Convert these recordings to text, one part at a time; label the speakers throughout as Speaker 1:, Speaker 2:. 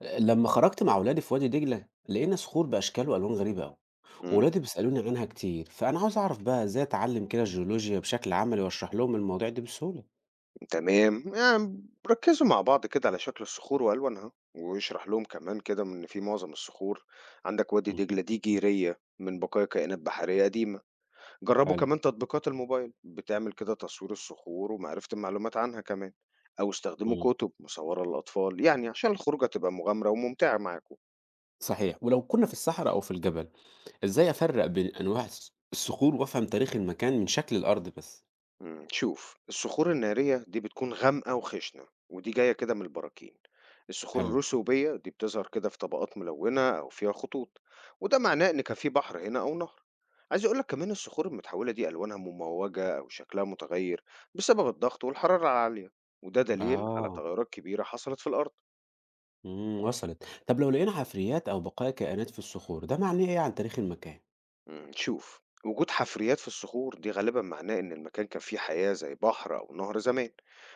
Speaker 1: لما خرجت مع ولادي في وادي دجلة لقينا صخور بأشكال وألوان غريبة أوي.
Speaker 2: إمم،
Speaker 1: وولادي بيسألوني عنها كتير، فأنا عاوز أعرف بقى إزاي أتعلم كده الجيولوجيا بشكل عملي وأشرح لهم المواضيع دي بسهولة.
Speaker 2: تمام، يعني ركّزوا مع بعض كده على شكل الصخور وألوانها، واشرح لهم كمان كده إن في معظم الصخور عندك وادي
Speaker 1: مم.
Speaker 2: دجلة دي جيرية من بقايا كائنات بحرية قديمة، جرّبوا
Speaker 1: حلو.
Speaker 2: كمان تطبيقات الموبايل بتعمل كده تصوير الصخور ومعرفة المعلومات عنها كمان، أو استخدموا
Speaker 1: مم.
Speaker 2: كتب مصورة للأطفال، يعني عشان الخروجة تبقى مغامرة وممتعة معاكم.
Speaker 1: صحيح، ولو كنا في الصحراء أو في الجبل إزاي أفرق بين أنواع الصخور وأفهم تاريخ المكان من شكل الأرض بس؟
Speaker 2: شوف الصخور النارية دي بتكون غامقة وخشنة، ودي جاية كده من البراكين. الصخور
Speaker 1: حلو.
Speaker 2: الرسوبية دي بتظهر كده في طبقات ملونة أو فيها خطوط، وده معناه إن كان في بحر هنا أو نهر. عايز أقول لك كمان الصخور المتحولة دي ألوانها مموجة أو شكلها متغير بسبب الضغط والحرارة العالية، وده دليل على
Speaker 1: آه.
Speaker 2: تغيرات كبيرة حصلت في الأرض.
Speaker 1: مم. وصلت. طب لو لقينا حفريات أو بقايا كائنات في الصخور، ده معناه إيه عن تاريخ المكان؟
Speaker 2: شوف وجود حفريات في الصخور دي غالبا معناه إن المكان كان فيه حياة زي بحر أو نهر زمان،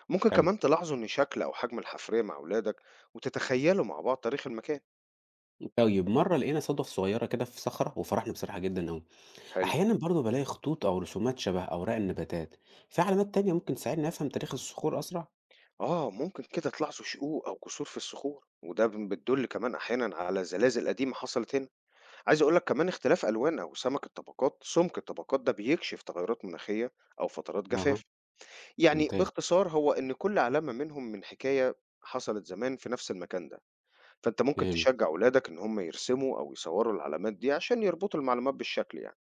Speaker 2: ممكن
Speaker 1: حلو.
Speaker 2: كمان تلاحظوا إن شكل أو حجم الحفرية مع أولادك وتتخيلوا مع بعض تاريخ المكان.
Speaker 1: طيب، مرة لقينا صدف صغيرة كده في صخرة وفرحنا بصراحة جدا أوي.
Speaker 2: حلو.
Speaker 1: أحيانا برضه بلاقي خطوط أو رسومات شبه أوراق النباتات. في علامات تانية ممكن تساعدني أفهم تاريخ الصخور أسرع؟
Speaker 2: آه ممكن كده تلاحظوا شقوق أو كسور في الصخور، وده بتدل كمان أحيانا على زلازل قديمة حصلت هنا. عايز أقولك كمان اختلاف ألوان أو سمك الطبقات، ده بيكشف تغيرات مناخية أو فترات
Speaker 1: أها.
Speaker 2: جفاف. يعني
Speaker 1: ممتاز.
Speaker 2: باختصار هو إن كل علامة منهم من حكاية حصلت زمان في نفس المكان ده، فأنت ممكن تشجّع
Speaker 1: فهمت.
Speaker 2: ولادك إن هم يرسموا أو يصوّروا العلامات دي عشان يربطوا المعلومات بالشكل يعني.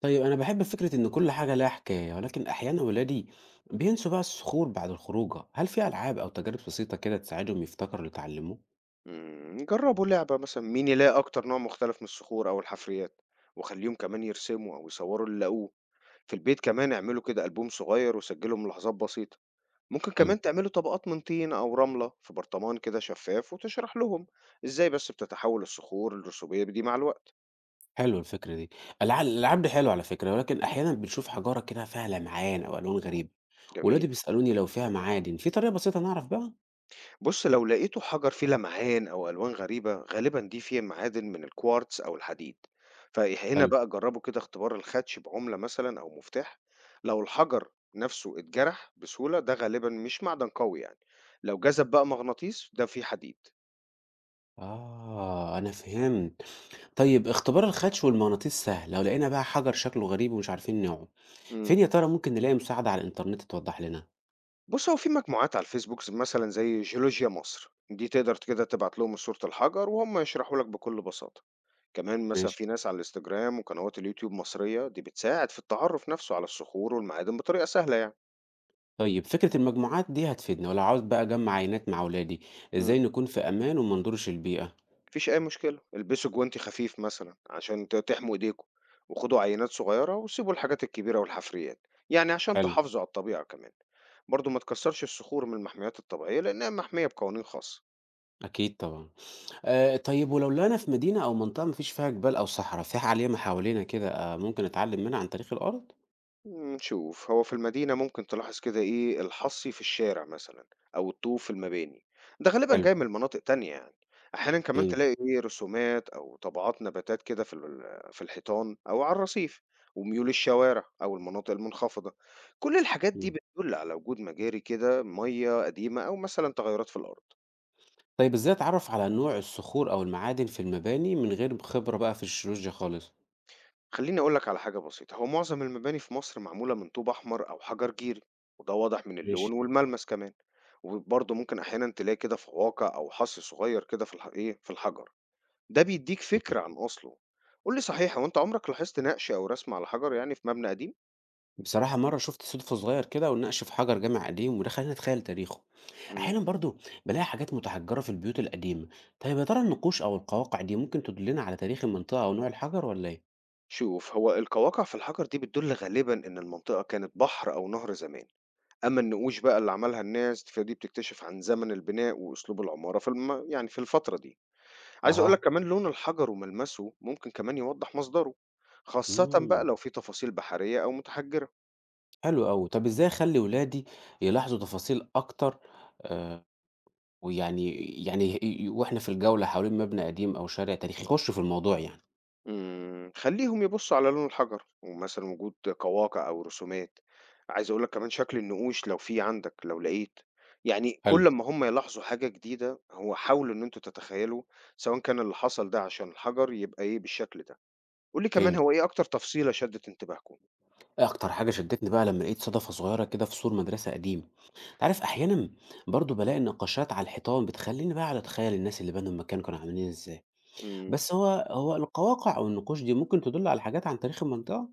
Speaker 1: طيب، أنا بحب فكرة إن كل حاجة لها حكاية، ولكن أحيانا ولادي بينسوا بقى الصخور بعد الخروجة. هل في ألعاب أو تجارب بسيطة كده تساعدهم يفتكروا اللي اتعلموه؟
Speaker 2: جرّبوا لعبة مثلًا مين يلاقي أكتر نوع مختلف من الصخور أو الحفريات، وخلّيهم كمان يرسموا أو يصوّروا اللي لاقوه. في البيت كمان اعملوا كده ألبوم صغير وسجّلوا ملاحظات بسيطة. ممكن
Speaker 1: حلو.
Speaker 2: كمان تعملوا طبقات من طين أو رملة في برطمان كده شفاف وتشرح لهم إزاي بس بتتحوّل الصخور الرسوبية دي مع الوقت.
Speaker 1: حلو الفكرة دي. الألعاب دي حلوة على فكرة، ولكن أحيانا بنشوف حجارة كده فيها لمعان أو ألوان غريبة.
Speaker 2: جميل.
Speaker 1: ولادي بيسألوني لو فيها معادن، في طريقة بسيطة نعرف بقى؟
Speaker 2: بُص، لو لقيته حجر فيه لمعان أو ألوان غريبة، غالبًا دي فيها معادن من الكوارتز أو الحديد. فهنا
Speaker 1: حلو.
Speaker 2: بقى جربوا كده اختبار الخدش بعملة مثلًا أو مفتاح، لو الحجر نفسه اتجرح بسهولة ده غالبًا مش معدن قوي يعني، لو جذب بقى مغناطيس ده فيه حديد.
Speaker 1: آه، أنا فهمت. طيب، اختبار الخدش والمغناطيس سهل. لو لقينا بقى حجر شكله غريب ومش عارفين نوعه،
Speaker 2: امم.
Speaker 1: فين يا ترى ممكن نلاقي مساعدة على الإنترنت توضح لنا؟
Speaker 2: بُص، هو في مجموعات على الفيسبوك مثلًا زي جيولوجيا مصر، دي تقدر كده تبعت لهم صورة الحجر وهُم يشرحوا لك بكل بساطة. كمان مثلا
Speaker 1: ماشي.
Speaker 2: في ناس على الانستجرام وقنوات اليوتيوب مصرية دي بتساعد في التعرف نفسه على الصخور والمعادن بطريقة سهلة يعني.
Speaker 1: طيب، فكرة المجموعات دي هتفيدنا. ولو عاوز بقى أجمع عينات مع أولادي،
Speaker 2: مم.
Speaker 1: إزاي نكون في أمان وما نضرش البيئة؟
Speaker 2: مفيش أي مشكلة، البسوا جوانتي خفيف مثلا عشان تحموا إيديكم وخدوا عينات صغيرة وسيبوا الحاجات الكبيرة والحفريات يعني عشان
Speaker 1: حلو.
Speaker 2: تحافظوا على الطبيعة كمان. برضو ما تكسرش الصخور من المحميات الطبيعية لأنها محمية بقوانين خاصة.
Speaker 1: أكيد طبعا. آه، طيب ولو لقينا في مدينة أو منطقة مفيش فيها جبال أو صحراء فيها عالية حوالينا كده ممكن نتعلم منها عن تاريخ الأرض؟
Speaker 2: شوف هو في المدينة ممكن تلاحظ كده إيه الحصي في الشارع مثلًا أو الطوب في المباني، ده غالبًا
Speaker 1: حلو.
Speaker 2: جاي من مناطق تانية يعني، أحيانًا كمان
Speaker 1: مم.
Speaker 2: تلاقي إيه رسومات أو طبعات نباتات كده في في الحيطان أو على الرصيف، وميول الشوارع أو المناطق المنخفضة، كل الحاجات دي
Speaker 1: مم.
Speaker 2: بتدل على وجود مجاري كده مَيّة قديمة أو مثلًا تغيرات في الأرض.
Speaker 1: طيب، إزاي أتعرف على نوع الصخور أو المعادن في المباني من غير خبرة بقى في الجيولوجيا خالص؟
Speaker 2: خليني أقول لك على حاجة بسيطة، هو معظم المباني في مصر معمولة من طوب أحمر أو حجر جيري، وده واضح من
Speaker 1: ماشي.
Speaker 2: اللون والملمس كمان، وبرضه ممكن أحيانا تلاقي كده فواقع أو حص صغير كده في الح... إيه في الحجر، ده بيديك
Speaker 1: مم.
Speaker 2: فكرة عن أصله. قول لي صحيح، هو أنت عمرك لاحظت نقش أو رسم على حجر يعني في مبنى قديم؟
Speaker 1: بصراحة، مرة شفت صدفة صغير كده ونقش في حجر جامع قديم، وده خلاني أتخيل تاريخه.
Speaker 2: مم.
Speaker 1: أحيانا برضو بلاقي حاجات متحجرة في البيوت القديمة. طيب، يا ترى النقوش أو القواقع دي ممكن تدلنا على تاريخ المنطقة أو نوع الحجر ولا إيه؟
Speaker 2: شوف هو القواقع في الحجر دي بتدل غالبا إن المنطقة كانت بحر أو نهر زمان، أما النقوش بقى اللي عملها الناس فدي بتكتشف عن زمن البناء وأسلوب العمارة في يعني في الفترة دي. عايز أقول لك
Speaker 1: أها.
Speaker 2: كمان لون الحجر وملمسه ممكن كمان يوضح مصدره، خاصة بقى
Speaker 1: مم.
Speaker 2: لو في تفاصيل بحرية أو متحجرة.
Speaker 1: حلو أوي. طب إزاي أخلي ولادي يلاحظوا تفاصيل أكتر؟ آه. ويعني يعني ي- ي- وإحنا في الجولة حوالين مبنى قديم أو شارع تاريخي، يخشوا في الموضوع يعني؟
Speaker 2: خليهم يبصوا على لون الحجر ومثلا وجود قواقع أو رسومات. عايز أقول لك كمان شكل النقوش لو في عندك لو لقيت، يعني
Speaker 1: حلو.
Speaker 2: كل ما هم يلاحظوا حاجة جديدة هو حاولوا إن أنتوا تتخيلوا سواء كان اللي حصل ده عشان الحجر يبقى إيه بالشكل ده. قول لي كمان هو
Speaker 1: فهمت.
Speaker 2: إيه أكتر تفصيلة شدت انتباهكم؟
Speaker 1: إيه أكتر حاجة شدتني بقى لما لقيت صدفة صغيرة كده في سور مدرسة قديمة. عارف، أحيانًا برضه بالاقي النقاشات على الحيطان بتخلّيني بقى أقعد أتخيّل الناس اللي بنوا المكان كانوا عاملين إزاي.
Speaker 2: امم.
Speaker 1: بس هو هو القواقع أو النقوش دي ممكن تدُل على حاجات عن تاريخ المنطقة؟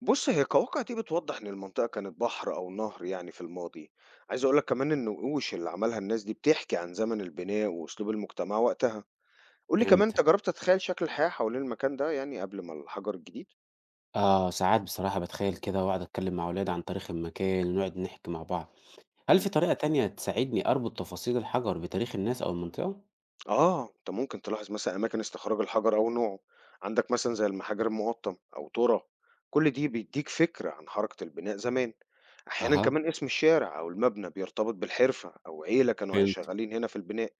Speaker 2: بُص، هي كواقع دي بتوضّح إن المنطقة كانت بحر أو نهر يعني في الماضي. عايز أقول لك كمان إن النقوش اللي عملها الناس دي بتحكي عن زمن البناء وأسلوب المجتمع وقتها. قُل لي كمان أنت
Speaker 1: فهمتك.
Speaker 2: جرّبت تتخيّل شكل الحياة حوالين المكان ده يعني قبل ما الحجر الجديد؟
Speaker 1: آه، ساعات بصراحة باتخيّل كده وأقعد أتكلّم مع ولادي عن تاريخ المكان ونقعد نحكي مع بعض. هل في
Speaker 2: إمم.
Speaker 1: طريقة تانية تساعدني أربط تفاصيل الحجر بتاريخ الناس أو المنطقة؟
Speaker 2: آه، أنت ممكن تلاحظ مثلًا أماكن استخراج الحجر أو نوعه، عندك مثلًا زي المحاجر المُقطّم أو تُرَى. كل دي بيدّيك فكرة عن حركة البناء زمان. أحيانًا
Speaker 1: أها،
Speaker 2: كمان اسم الشارع أو المبنى بيرتبط بالحرفة أو عيلة كانوا
Speaker 1: فهمت.
Speaker 2: شغّالين هنا في البناء.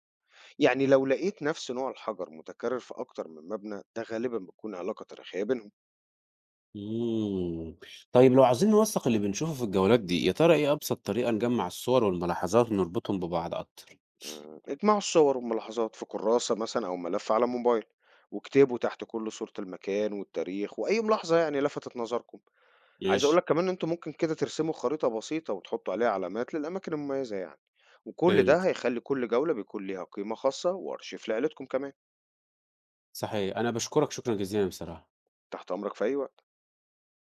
Speaker 2: يعني لو لقيت نفس نوع الحجر متكرر في أكتر من مبنى ده غالبا بتكون علاقة تاريخية بينهم.
Speaker 1: إمم. طيب، لو عاوزين نوثّق اللي بنشوفه في الجولات دي، يا ترى إيه أبسط طريقة نجمّع الصور والملاحظات ونربطهم ببعض أكتر؟
Speaker 2: اجمعوا الصور والملاحظات في كراسة مثلا أو ملف على موبايل واكتبوا تحت كل صورة المكان والتاريخ وأي ملاحظة يعني لفتت نظركم. عايز
Speaker 1: ماشي،
Speaker 2: أقولك كمان إن أنتوا ممكن كده ترسموا خريطة بسيطة وتحطوا عليها علامات للأماكن المميزة يعني، وكل ده
Speaker 1: فهمت.
Speaker 2: هيخلي كل جولة بيكون ليها قيمة خاصة وأرشيف لعيلتكم كمان.
Speaker 1: صحيح. أنا باشكرك شكرًا جزيلًا بصراحة.
Speaker 2: تحت أمرك في أي وقت.